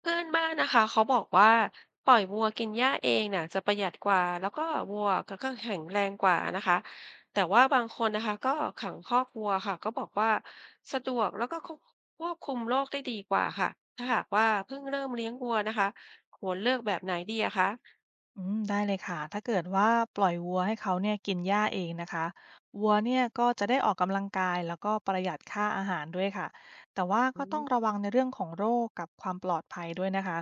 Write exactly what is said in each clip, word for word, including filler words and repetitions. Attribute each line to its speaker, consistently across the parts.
Speaker 1: เพื่อนบ้านนะคะเขาบอกว่าปล่อยวัวกินหญ้าเองน่ะจะประหยัดกว่าแล้วก็วัวก็ก็แข็งแรงกว่านะคะแต่ว่าบางคนนะคะก็ขังคอกวัวค่ะก็บอกว่าสะดวกแล้วก็ควบควบคุมโรคได้ดีกว่าค่ะถ้าหากว่าเพิ่งเริ่มเลี้ยงวัวนะคะควรเลือกแบบไหนดีอะคะ
Speaker 2: อืมได้เลยค่ะถ้าเกิดว่าปล่อยวัวให้เขาเนี่ยกินหญ้าเองนะคะวัวเนี่ยก็จะได้ออกกำลังกายแล้วก็ประหยัดค่าอาหารด้วยค่ะแต่ว่า
Speaker 1: อื
Speaker 2: ก็
Speaker 1: ม
Speaker 2: ต้องระวังในเรื่องของโรคกับความปลอดภัยด้วยนะคะ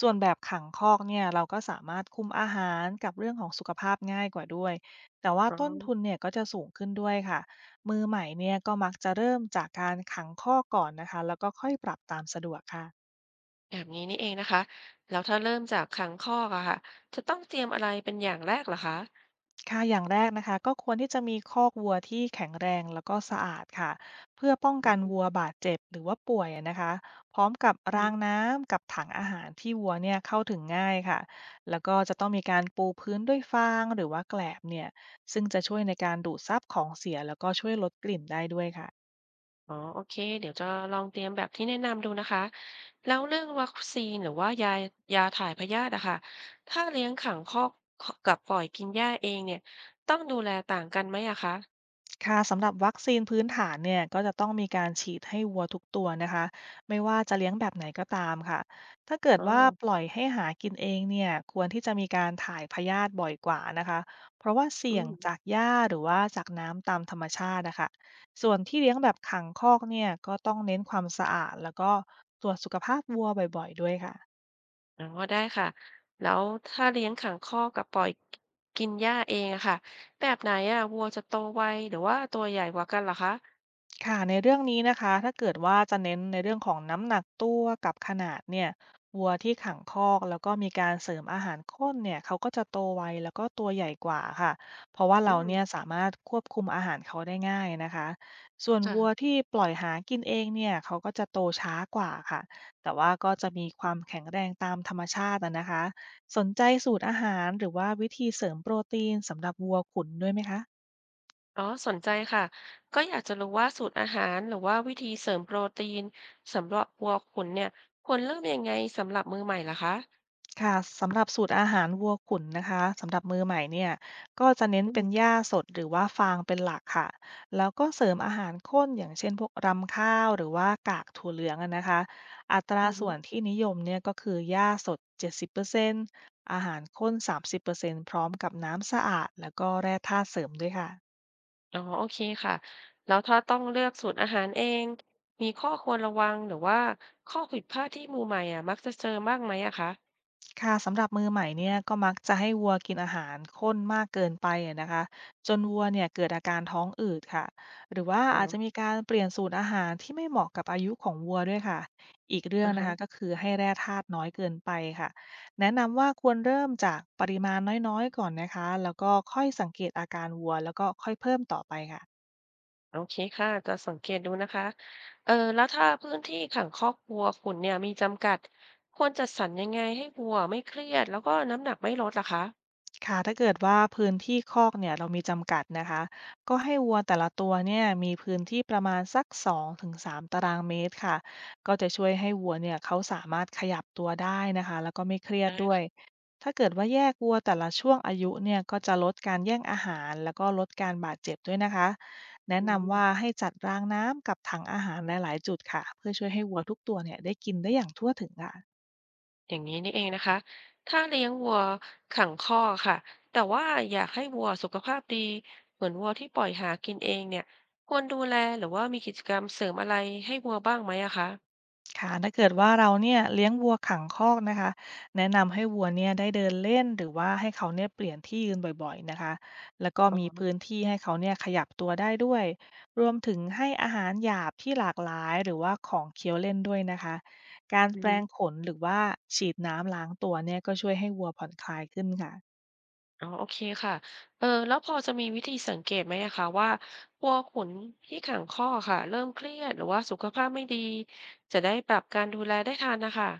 Speaker 2: ส่วนแบบขังคอกเนี่ยเราก็สามารถคุมอาหารกับเรื่องของสุขภาพง่ายกว่าด้วย แต่ว่า
Speaker 1: อ๋อ
Speaker 2: ต้นทุนเนี่ยก็จะสูงขึ้นด้วยค่ะ มือใหม่เนี่ยก็มักจะเริ่มจากการขังคอกก่อนนะคะแล้วก็ค่อยปรับตามสะดวกค่ะ
Speaker 1: แบบนี้นี่เองนะคะแล้วถ้าเริ่มจากขังคอกอะค่ะจะต้องเตรียมอะไรเป็นอย่างแรกเหรอคะ
Speaker 2: ค่ะอย่างแรกนะคะก็ควรที่จะมีคอกวัวที่แข็งแรงแล้วก็สะอาดค่ะเพื่อป้อง
Speaker 1: อื
Speaker 2: กัน
Speaker 1: ม
Speaker 2: วัวบาดเจ็บหรือว่าป่วยอะนะคะพร้อมกับรางน้ำกับถังอาหารที่วัวเนี่ยเข้าถึงง่ายค่ะแล้วก็จะต้องมีการปูพื้นด้วยฟางหรือว่าแกลบเนี่ยซึ่งจะช่วยในการดูดซับของเสียแล้วก็ช่วยลดกลิ่นได้ด้วยค่ะ
Speaker 1: อ๋อโอเคเดี๋ยวจะลองเตรียมแบบที่แนะนำดูนะคะ แล้วเรื่องวัคซีนหรือว่ายายาถ่ายพยาธิอะค่ะถ้าเลี้ยงขังคอกกับปล่อยกินหญ้าเองเนี่ย ต้องดูแลต่างกันไหมอะคะ
Speaker 2: ค่ะสำหรับวัคซีนพื้นฐานเนี่ยก็จะต้องมีการฉีดให้วัวทุกตัวนะคะไม่ว่าจะเลี้ยงแบบไหนก็ตามค่ะถ้าเกิด
Speaker 1: อ๋อ
Speaker 2: ว่าปล่อยให้หากินเองเนี่ยควรที่จะมีการถ่ายพยาธิบ่อยกว่านะคะเพราะว่า
Speaker 1: อื
Speaker 2: เสี่ยง
Speaker 1: ม
Speaker 2: จากหญ้าหรือว่าจากน้ำตามธรรมชาตินะคะส่วนที่เลี้ยงแบบขังคอกเนี่ยก็ต้องเน้นความสะอาดแล้วก็ตรวจสุขภาพวัวบ่อยๆด้วยค่ะ
Speaker 1: อ๋อได้ค่ะแล้วถ้าเลี้ยงขังคอกกับปล่อยกินหญ้าเองอะค่ะแบบไหนอะวัวจะโตไวหรือว่าตัวใหญ่กว่ากันเหรอคะ
Speaker 2: ค่ะในเรื่องนี้นะคะถ้าเกิดว่าจะเน้นในเรื่องของน้ำหนักตัวกับขนาดเนี่ยวัวที่ขังคอกแล้วก็มีการเสริมอาหารข้นเนี่ยเขาก็จะโตไวแล้วก็ตัวใหญ่กว่าค่ะเพราะว่า
Speaker 1: อื
Speaker 2: เราเนี่ย
Speaker 1: ม
Speaker 2: สามารถควบคุมอาหารเขาได้ง่ายนะคะส่วนวัว
Speaker 1: ค่ะ
Speaker 2: ที่ปล่อยหากินเองเนี่ยเขาก็จะโตช้ากว่าค่ะแต่ว่าก็จะมีความแข็งแรงตามธรรมชาติอะนะคะสนใจสูตรอาหารหรือว่าวิธีเสริมโปรตีนสำหรับวัวขุนด้วยไหมคะ
Speaker 1: อ๋อสนใจค่ะก็อยากจะรู้ว่าสูตรอาหารหรือว่าวิธีเสริมโปรตีนสำหรับวัวขุนเนี่ยควรเริ่มยังไงสำหรับมือใหม่ล่ะคะ
Speaker 2: ค่ะสำหรับสูตรอาหารวัวขุนนะคะสำหรับมือใหม่เนี่ยก็จะเน้น
Speaker 1: อื
Speaker 2: เป็น
Speaker 1: ม
Speaker 2: หญ้าสดหรือว่าฟางเป็นหลักค่ะแล้วก็เสริมอาหารข้นอย่างเช่นพวกรำข้าวหรือว่ากากถั่วเหลืองอะนะคะอัตรา
Speaker 1: อือฮึ
Speaker 2: ส่วนที่นิยมเนี่ยก็คือหญ้าสด เจ็ดสิบเปอร์เซ็นต์อร์เซ็นต์อาหารข้น สามสิบเปอร์เซ็นต์พร้อมกับน้ำสะอาดแล้วก็แร่ธาตุเสริมด้วยค่ะ
Speaker 1: อ๋อโอเคค่ะแล้วถ้าต้องเลือกสูตรอาหารเองมีข้อควรระวังหรือว่าข้อผิดพลาดที่มือใหม่อ่ะมักจะเจอบ้างไหมอะคะ
Speaker 2: ค่ะสำหรับมือใหม่เนี่ยก็มักจะให้วัวกินอาหารข้นมากเกินไปอะนะคะจนวัวเนี่ยเกิดอาการท้องอืดค่ะหรือว่า
Speaker 1: อ๋อ
Speaker 2: อาจจะมีการเปลี่ยนสูตรอาหารที่ไม่เหมาะกับอายุของวัวด้วยค่ะอีกเรื่อ
Speaker 1: อ่า
Speaker 2: งนะ
Speaker 1: ฮะ
Speaker 2: คะก็คือให้แร่ธาตุน้อยเกินไปค่ะแนะนำว่าควรเริ่มจากปริมาณน้อยๆก่อนนะคะแล้วก็ค่อยสังเกตอาการวัวแล้วก็ค่อยเพิ่มต่อไปค่ะ
Speaker 1: โอเคค่ะจะสังเกตดูนะคะเออแล้วถ้าพื้นที่ขังคอกวัวขุนเนี่ยมีจำกัดควรจัดสรรยังไงให้วัวไม่เครียดแล้วก็น้ำหนักไม่ลดล่ะคะ
Speaker 2: ค่ะถ้าเกิดว่าพื้นที่คอกเนี่ยเรามีจำกัดนะคะก็ให้วัวแต่ละตัวเนี่ยมีพื้นที่ประมาณสักสองถึงสามตารางเมตรค่ะก็จะช่วยให้วัวเนี่ยเขาสามารถขยับตัวได้นะคะแล้วก็ไม่เครียดด้วยถ้าเกิดว่าแยกวัวแต่ละช่วงอายุเนี่ยก็จะลดการแย่งอาหารแล้วก็ลดการบาดเจ็บด้วยนะคะแนะ
Speaker 1: อื
Speaker 2: นำ
Speaker 1: ม
Speaker 2: ว่าให้จัดรางน้ำกับถังอาหารหลายๆจุดค่ะเพื่อช่วยให้วัวทุกตัวเนี่ยได้กินได้อย่างทั่วถึงค่ะ
Speaker 1: อย่างนี้นี่เองนะคะถ้าเลี้ยงวัวขังคอกค่ะแต่ว่าอยากให้วัวสุขภาพดีเหมือนวัวที่ปล่อยหากินเองเนี่ยควรดูแลหรือว่ามีกิจกรรมเสริมอะไรให้วัวบ้างไหมอะคะ
Speaker 2: ค่ะถ้าเกิดว่าเราเนี่ยเลี้ยงวัวขังคอกนะคะแนะนำให้วัวเนี่ยได้เดินเล่นหรือว่าให้เขาเนี่ยเปลี่ยนที่ยืนบ่อยๆนะคะแล้วก็
Speaker 1: อ๋
Speaker 2: มีพื้
Speaker 1: อ
Speaker 2: นที่ให้เขาเนี่ยขยับตัวได้ด้วยรวมถึงให้อาหารหยาบที่หลากหลายหรือว่าของเคี้ยวเล่นด้วยนะคะการ
Speaker 1: อือ
Speaker 2: แปร
Speaker 1: ฮึ
Speaker 2: งขนหรือว่าฉีดน้ำล้างตัวเนี่ยก็ช่วยให้วัวผ่อนคลายขึ้นค่ะ
Speaker 1: อ๋อโอเคค่ะเออแล้วพอจะมีวิธีสังเกตไหมอะคะว่าวัวขุนที่ขังคอกค่ะเริ่มเครียดหรือว่าสุขภาพไม่ดีจะได้ปรับการดูแลได้ทันนะคะ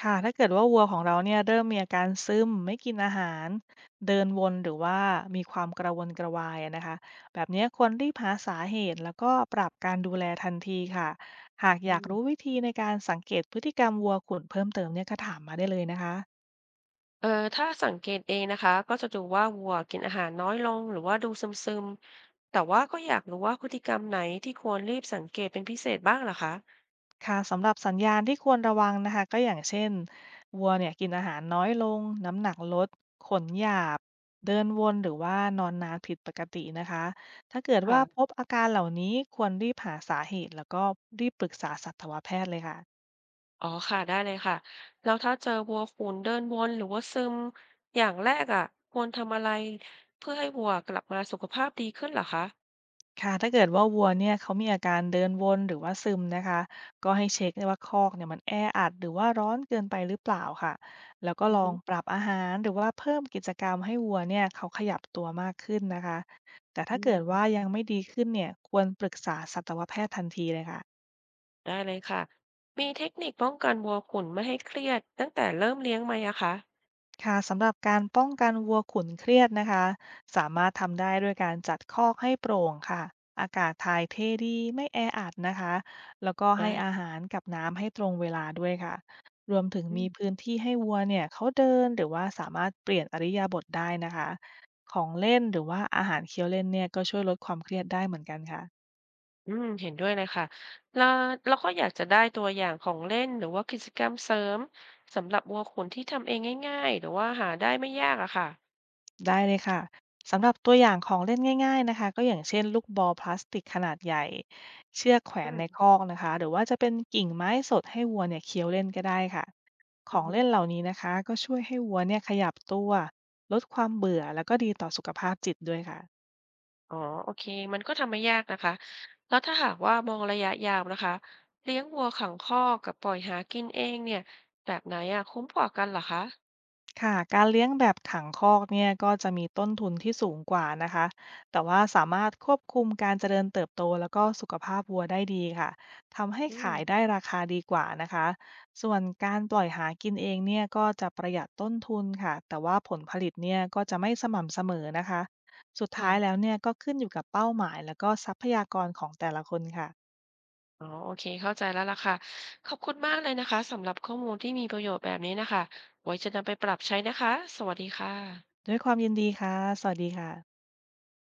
Speaker 2: ค่ะถ้าเกิดว่าวัวของเราเนี่ยเริ่มมีอาการซึมไม่กินอาหารเดินวนหรือว่ามีความกระวนกระวายอะนะคะแบบเนี้ยควรรีบหาสาเหตุแล้วก็ปรับการดูแลทันทีค่ะหาก
Speaker 1: อื
Speaker 2: อยาก
Speaker 1: ม
Speaker 2: รู้วิธีในการสังเกตพฤติกรรมวัวขุนเพิ่มเติมเนี่ยก็ถามมาได้เลยนะคะ
Speaker 1: เออถ้าสังเกตเองนะคะก็จะดูว่าวัวกินอาหารน้อยลงหรือว่าดูซึมๆแต่ว่าก็อยากรู้ว่าพฤติกรรมไหนที่ควรรีบสังเกตเป็นพิเศษบ้างเหรอคะ
Speaker 2: ค่ะสำหรับสัญญาณที่ควรระวังนะคะก็อย่างเช่นวัวเนี่ยกินอาหารน้อยลงน้ำหนักลดขนหยาบเดินวนหรือว่านอนนานผิดปกตินะคะถ้าเกิดว่าพ
Speaker 1: ค่ะ
Speaker 2: บอาการเหล่านี้ควรรีบหาสาเหตุแล้วก็รีบปรึกษาสัตวแพทย์เลยค่ะ
Speaker 1: อ๋อค่ะได้เลยค่ะแล้วถ้าเจอวัวขุนเดินวนหรือว่าซึมอย่างแรกอะควรทำอะไรเพื่อให้วัวกลับมาสุขภาพดีขึ้นเหรอคะ
Speaker 2: ค่ะถ้าเกิดว่าวัวเนี่ยเขามีอาการเดินวนหรือว่าซึมนะคะก็ให้เช็คว่าคอกเนี่ยมันแออัดหรือว่าร้อนเกินไปหรือเปล่าค่ะแล้วก็
Speaker 1: อือ
Speaker 2: ลอ
Speaker 1: ฮึ
Speaker 2: งปรับอาหารหรือว่าเพิ่มกิจกรรมให้วัวเนี่ยเขาขยับตัวมากขึ้นนะคะแต่
Speaker 1: อื
Speaker 2: ถ้าเกิดว่า
Speaker 1: ม
Speaker 2: ยังไม่ดีขึ้นเนี่ยควรปรึกษาสัตวแพทย์ทันทีเลยค่ะ
Speaker 1: ได้เลยค่ะมีเทคนิคป้องกันวัวขุนไม่ให้เครียดตั้งแต่เริ่มเลี้ยงไหมอะคะ
Speaker 2: ค่ะสำหรับการป้องกันวัวขุนเครียดนะคะสามารถทำได้ด้วยการจัดคอกให้โปร่งค่ะอากาศถ่ายเทดีไม่แออัดนะคะแล้วก็
Speaker 1: อา
Speaker 2: ให้อาหารกับน้ำให้ตรงเวลาด้วยค่ะรวมถึงมีพื้
Speaker 1: อ
Speaker 2: นที่ให้วัวเนี่ยเขาเดินหรือว่าสามารถเปลี่ยนอิริยาบถได้นะคะของเล่นหรือว่าอาหารเคี้ยวเล่นเนี่ยก็ช่วยลดความเครียดได้เหมือนกันค่ะ
Speaker 1: อืมเห็นด้วยเลยค่ะแล้วเราก็อยากจะได้ตัวอย่างของเล่นหรือว่ากิจกรรมเสริมสำหรับวัวขุนที่ทำเองง่ายๆหรือว่าหาได้ไม่ยากอะค่ะ
Speaker 2: ได้เลยค่ะสำหรับตัวอย่างของเล่นง่ายๆนะคะก็อย่างเช่นลูกบอลพลาสติกขนาดใหญ่เชือกแขว
Speaker 1: อื
Speaker 2: น
Speaker 1: ม
Speaker 2: ในคอกนะคะหรือว่าจะเป็นกิ่งไม้สดให้วัวเนี่ยเคี้ยวเล่นก็ได้ค่ะข
Speaker 1: อื
Speaker 2: อ
Speaker 1: อ
Speaker 2: ง
Speaker 1: ฮึ
Speaker 2: เล่นเหล่านี้นะคะก็ช่วยให้วัวเนี่ยขยับตัวลดความเบื่อแล้วก็ดีต่อสุขภาพจิตด้วยค่ะ
Speaker 1: อ๋อโอเคมันก็ทำไม่ยากนะคะแล้วถ้าหากว่ามองระยะยาวนะคะเลี้ยงวัวขังคอกกับปล่อยหากินเองเนี่ยแบบไหนอะคุ้มกว่ากันเหรอคะ
Speaker 2: ค่ะการเลี้ยงแบบขังคอกเนี่ยก็จะมีต้นทุนที่สูงกว่านะคะแต่ว่าสามารถควบคุมการเจริญเติบโตแล้วก็สุขภาพวัวได้ดีค่ะทำให้
Speaker 1: อืม
Speaker 2: ขายได้ราคาดีกว่านะคะส่วนการปล่อยหากินเองเนี่ยก็จะประหยัดต้นทุนค่ะแต่ว่าผลผลิตเนี่ยก็จะไม่สม่ำเสมอนะคะสุด
Speaker 1: ค่ะ
Speaker 2: ท้ายแล้วเนี่ยก็ขึ้นอยู่กับเป้าหมายแล้วก็ทรัพยากรของแต่ละคนค่ะ
Speaker 1: อ๋อโอเคเข้าใจแล้วล่ะค่ะขอบคุณมากเลยนะคะสำหรับข้อมูลที่มีประโยชน์แบบนี้นะคะไว้จะนำไปปรับใช้นะคะสวัสดีค่ะ
Speaker 2: ด้วยความยินดีค่ะสวัสดีค่ะ